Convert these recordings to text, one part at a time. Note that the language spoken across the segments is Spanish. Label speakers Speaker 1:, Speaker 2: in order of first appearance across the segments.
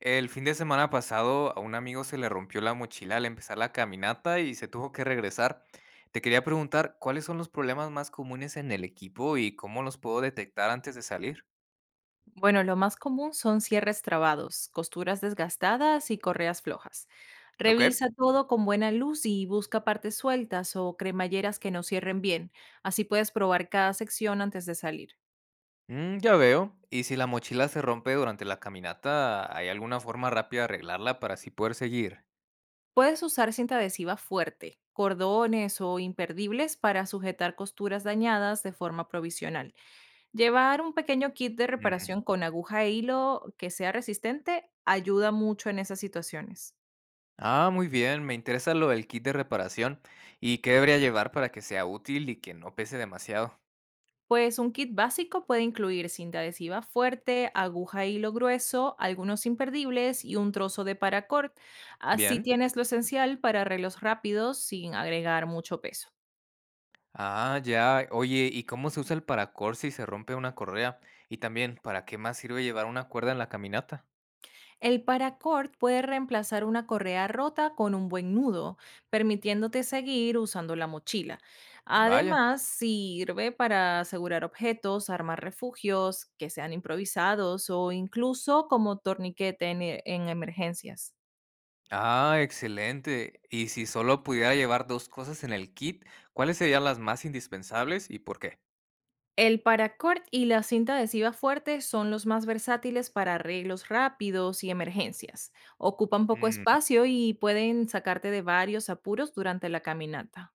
Speaker 1: El fin de semana pasado a un amigo se le rompió la mochila al empezar la caminata y se tuvo que regresar. Te quería preguntar, ¿cuáles son los problemas más comunes en el equipo y cómo los puedo detectar antes de salir?
Speaker 2: Bueno, lo más común son cierres trabados, costuras desgastadas y correas flojas.
Speaker 1: Ok,
Speaker 2: Revisa todo con buena luz y busca partes sueltas o cremalleras que no cierren bien. Así puedes probar cada sección antes de salir.
Speaker 1: ya veo. ¿Y si la mochila se rompe durante la caminata, hay alguna forma rápida de arreglarla para así poder seguir?
Speaker 2: Puedes usar cinta adhesiva fuerte, cordones o imperdibles para sujetar costuras dañadas de forma provisional. Llevar un pequeño kit de
Speaker 1: Mm,
Speaker 2: reparación con aguja e hilo que sea resistente ayuda mucho en esas situaciones.
Speaker 1: Ah, muy bien, me interesa lo del kit de reparación y qué debería llevar para que sea útil y que no pese demasiado.
Speaker 2: Pues un kit básico puede incluir cinta adhesiva fuerte, aguja e hilo grueso, algunos imperdibles y un trozo de paracord. Así
Speaker 1: Bien.
Speaker 2: tienes lo esencial para arreglos rápidos sin agregar mucho peso.
Speaker 1: Ah, ya. Oye, ¿y cómo se usa el paracord si se rompe una correa? Y también, ¿para qué más sirve llevar una cuerda en la caminata?
Speaker 2: El paracord puede reemplazar una correa rota con un buen nudo, permitiéndote seguir usando la mochila.
Speaker 1: Vaya.
Speaker 2: Además, sirve para asegurar objetos, armar refugios que sean improvisados o incluso como torniquete en emergencias.
Speaker 1: Ah, excelente. Y si solo pudiera llevar dos cosas en el kit, ¿cuáles serían las más indispensables y por qué?
Speaker 2: El paracord y la cinta adhesiva fuerte son los más versátiles para arreglos rápidos y emergencias. Ocupan poco
Speaker 1: Mm,
Speaker 2: espacio y pueden sacarte de varios apuros durante la caminata.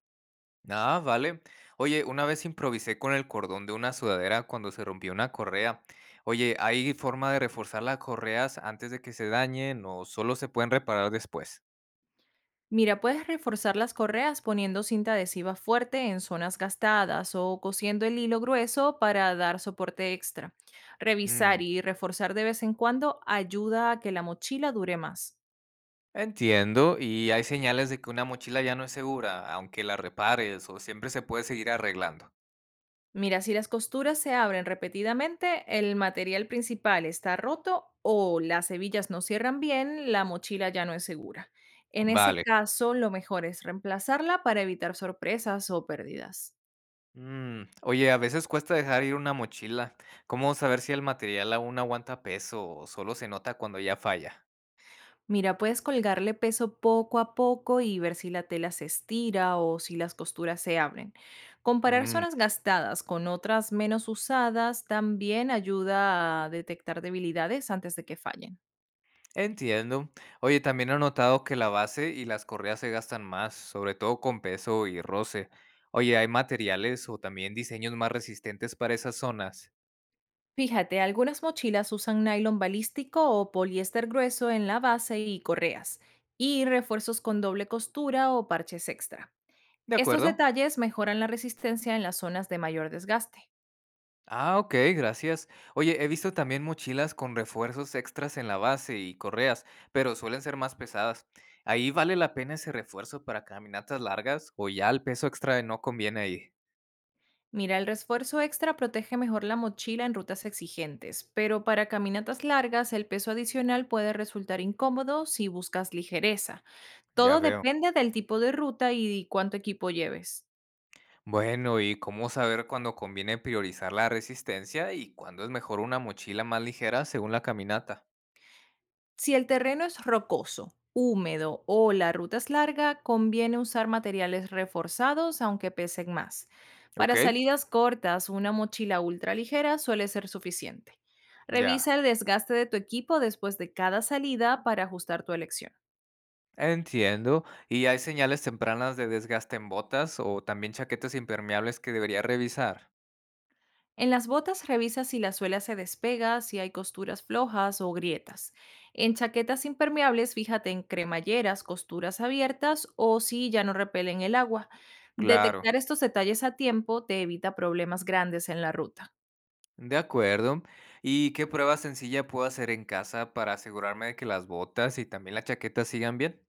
Speaker 1: Ah, vale. Oye, una vez improvisé con el cordón de una sudadera cuando se rompió una correa. Oye, ¿hay forma de reforzar las correas antes de que se dañen o solo se pueden reparar después?
Speaker 2: Mira, puedes reforzar las correas poniendo cinta adhesiva fuerte en zonas gastadas o cosiendo el hilo grueso para dar soporte extra.
Speaker 1: Mm.
Speaker 2: Revisar y reforzar de vez en cuando ayuda a que la mochila dure más.
Speaker 1: Entiendo, y hay señales de que una mochila ya no es segura, aunque la repares o siempre se puede seguir arreglando.
Speaker 2: Mira, si las costuras se abren repetidamente, el material principal está roto o las hebillas no cierran bien, la mochila ya no es segura. En ese
Speaker 1: Vale.
Speaker 2: caso, lo mejor es reemplazarla para evitar sorpresas o pérdidas.
Speaker 1: Oye, a veces cuesta dejar ir una mochila. ¿Cómo saber si el material aún aguanta peso o solo se nota cuando ya falla?
Speaker 2: Mira, puedes colgarle peso poco a poco y ver si la tela se estira o si las costuras se abren. Comparar
Speaker 1: Mm,
Speaker 2: zonas gastadas con otras menos usadas también ayuda a detectar debilidades antes de que fallen.
Speaker 1: Entiendo. Oye, también he notado que la base y las correas se gastan más, sobre todo con peso y roce. Oye, ¿hay materiales o también diseños más resistentes para esas zonas?
Speaker 2: Fíjate, algunas mochilas usan nylon balístico o poliéster grueso en la base y correas, y refuerzos con doble costura o parches extra.
Speaker 1: De
Speaker 2: Estos
Speaker 1: acuerdo.
Speaker 2: detalles mejoran la resistencia en las zonas de mayor desgaste.
Speaker 1: Ah, ok, gracias. Oye, he visto también mochilas con refuerzos extras en la base y correas, pero suelen ser más pesadas. ¿Ahí vale la pena ese refuerzo para caminatas largas o ya el peso extra no conviene ahí?
Speaker 2: Mira, el refuerzo extra protege mejor la mochila en rutas exigentes, pero para caminatas largas el peso adicional puede resultar incómodo si buscas ligereza.
Speaker 1: Ya
Speaker 2: Todo
Speaker 1: veo.
Speaker 2: depende del tipo de ruta y cuánto equipo lleves.
Speaker 1: Bueno, ¿y cómo saber cuándo conviene priorizar la resistencia y cuándo es mejor una mochila más ligera según la caminata?
Speaker 2: Si el terreno es rocoso, húmedo o la ruta es larga, conviene usar materiales reforzados aunque pesen más.
Speaker 1: Ok,
Speaker 2: Para salidas cortas, una mochila ultraligera suele ser suficiente.
Speaker 1: ya.
Speaker 2: Revisa el desgaste de tu equipo después de cada salida para ajustar tu elección.
Speaker 1: Entiendo. ¿Y hay señales tempranas de desgaste en botas o también chaquetas impermeables que debería revisar?
Speaker 2: En las botas revisa si la suela se despega, si hay costuras flojas o grietas. En chaquetas impermeables fíjate en cremalleras, costuras abiertas o si ya no repelen el agua.
Speaker 1: Claro.
Speaker 2: Detectar estos detalles a tiempo te evita problemas grandes en la ruta.
Speaker 1: De acuerdo. ¿Y qué prueba sencilla puedo hacer en casa para asegurarme de que las botas y también la chaqueta sigan bien?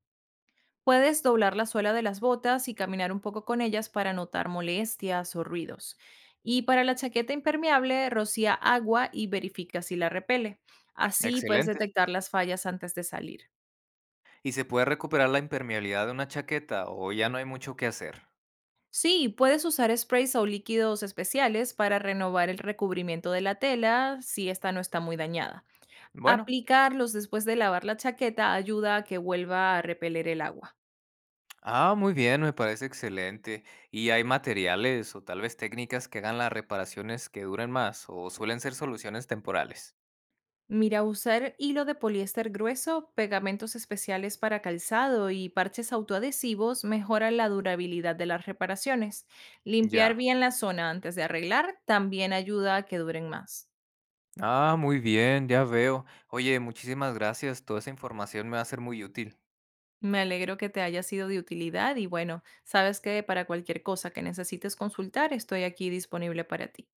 Speaker 2: Puedes doblar la suela de las botas y caminar un poco con ellas para notar molestias o ruidos. Y para la chaqueta impermeable, rocía agua y verifica si la repele. Así puedes
Speaker 1: Excelente.
Speaker 2: detectar las fallas antes de salir.
Speaker 1: ¿Y se puede recuperar la impermeabilidad de una chaqueta o ya no hay mucho que hacer?
Speaker 2: Sí, puedes usar sprays o líquidos especiales para renovar el recubrimiento de la tela si esta no está muy dañada.
Speaker 1: Bueno.
Speaker 2: Aplicarlos después de lavar la chaqueta ayuda a que vuelva a repeler el agua.
Speaker 1: Ah, muy bien, me parece excelente. ¿Y hay materiales o tal vez técnicas que hagan las reparaciones que duren más o suelen ser soluciones temporales?
Speaker 2: Mira, usar hilo de poliéster grueso, pegamentos especiales para calzado y parches autoadhesivos mejora la durabilidad de las reparaciones. Limpiar
Speaker 1: Ya.
Speaker 2: bien la zona antes de arreglar también ayuda a que duren más.
Speaker 1: Ah, muy bien, ya veo. Oye, muchísimas gracias. Toda esa información me va a ser muy útil.
Speaker 2: Me alegro que te haya sido de utilidad y bueno, sabes que para cualquier cosa que necesites consultar, estoy aquí disponible para ti.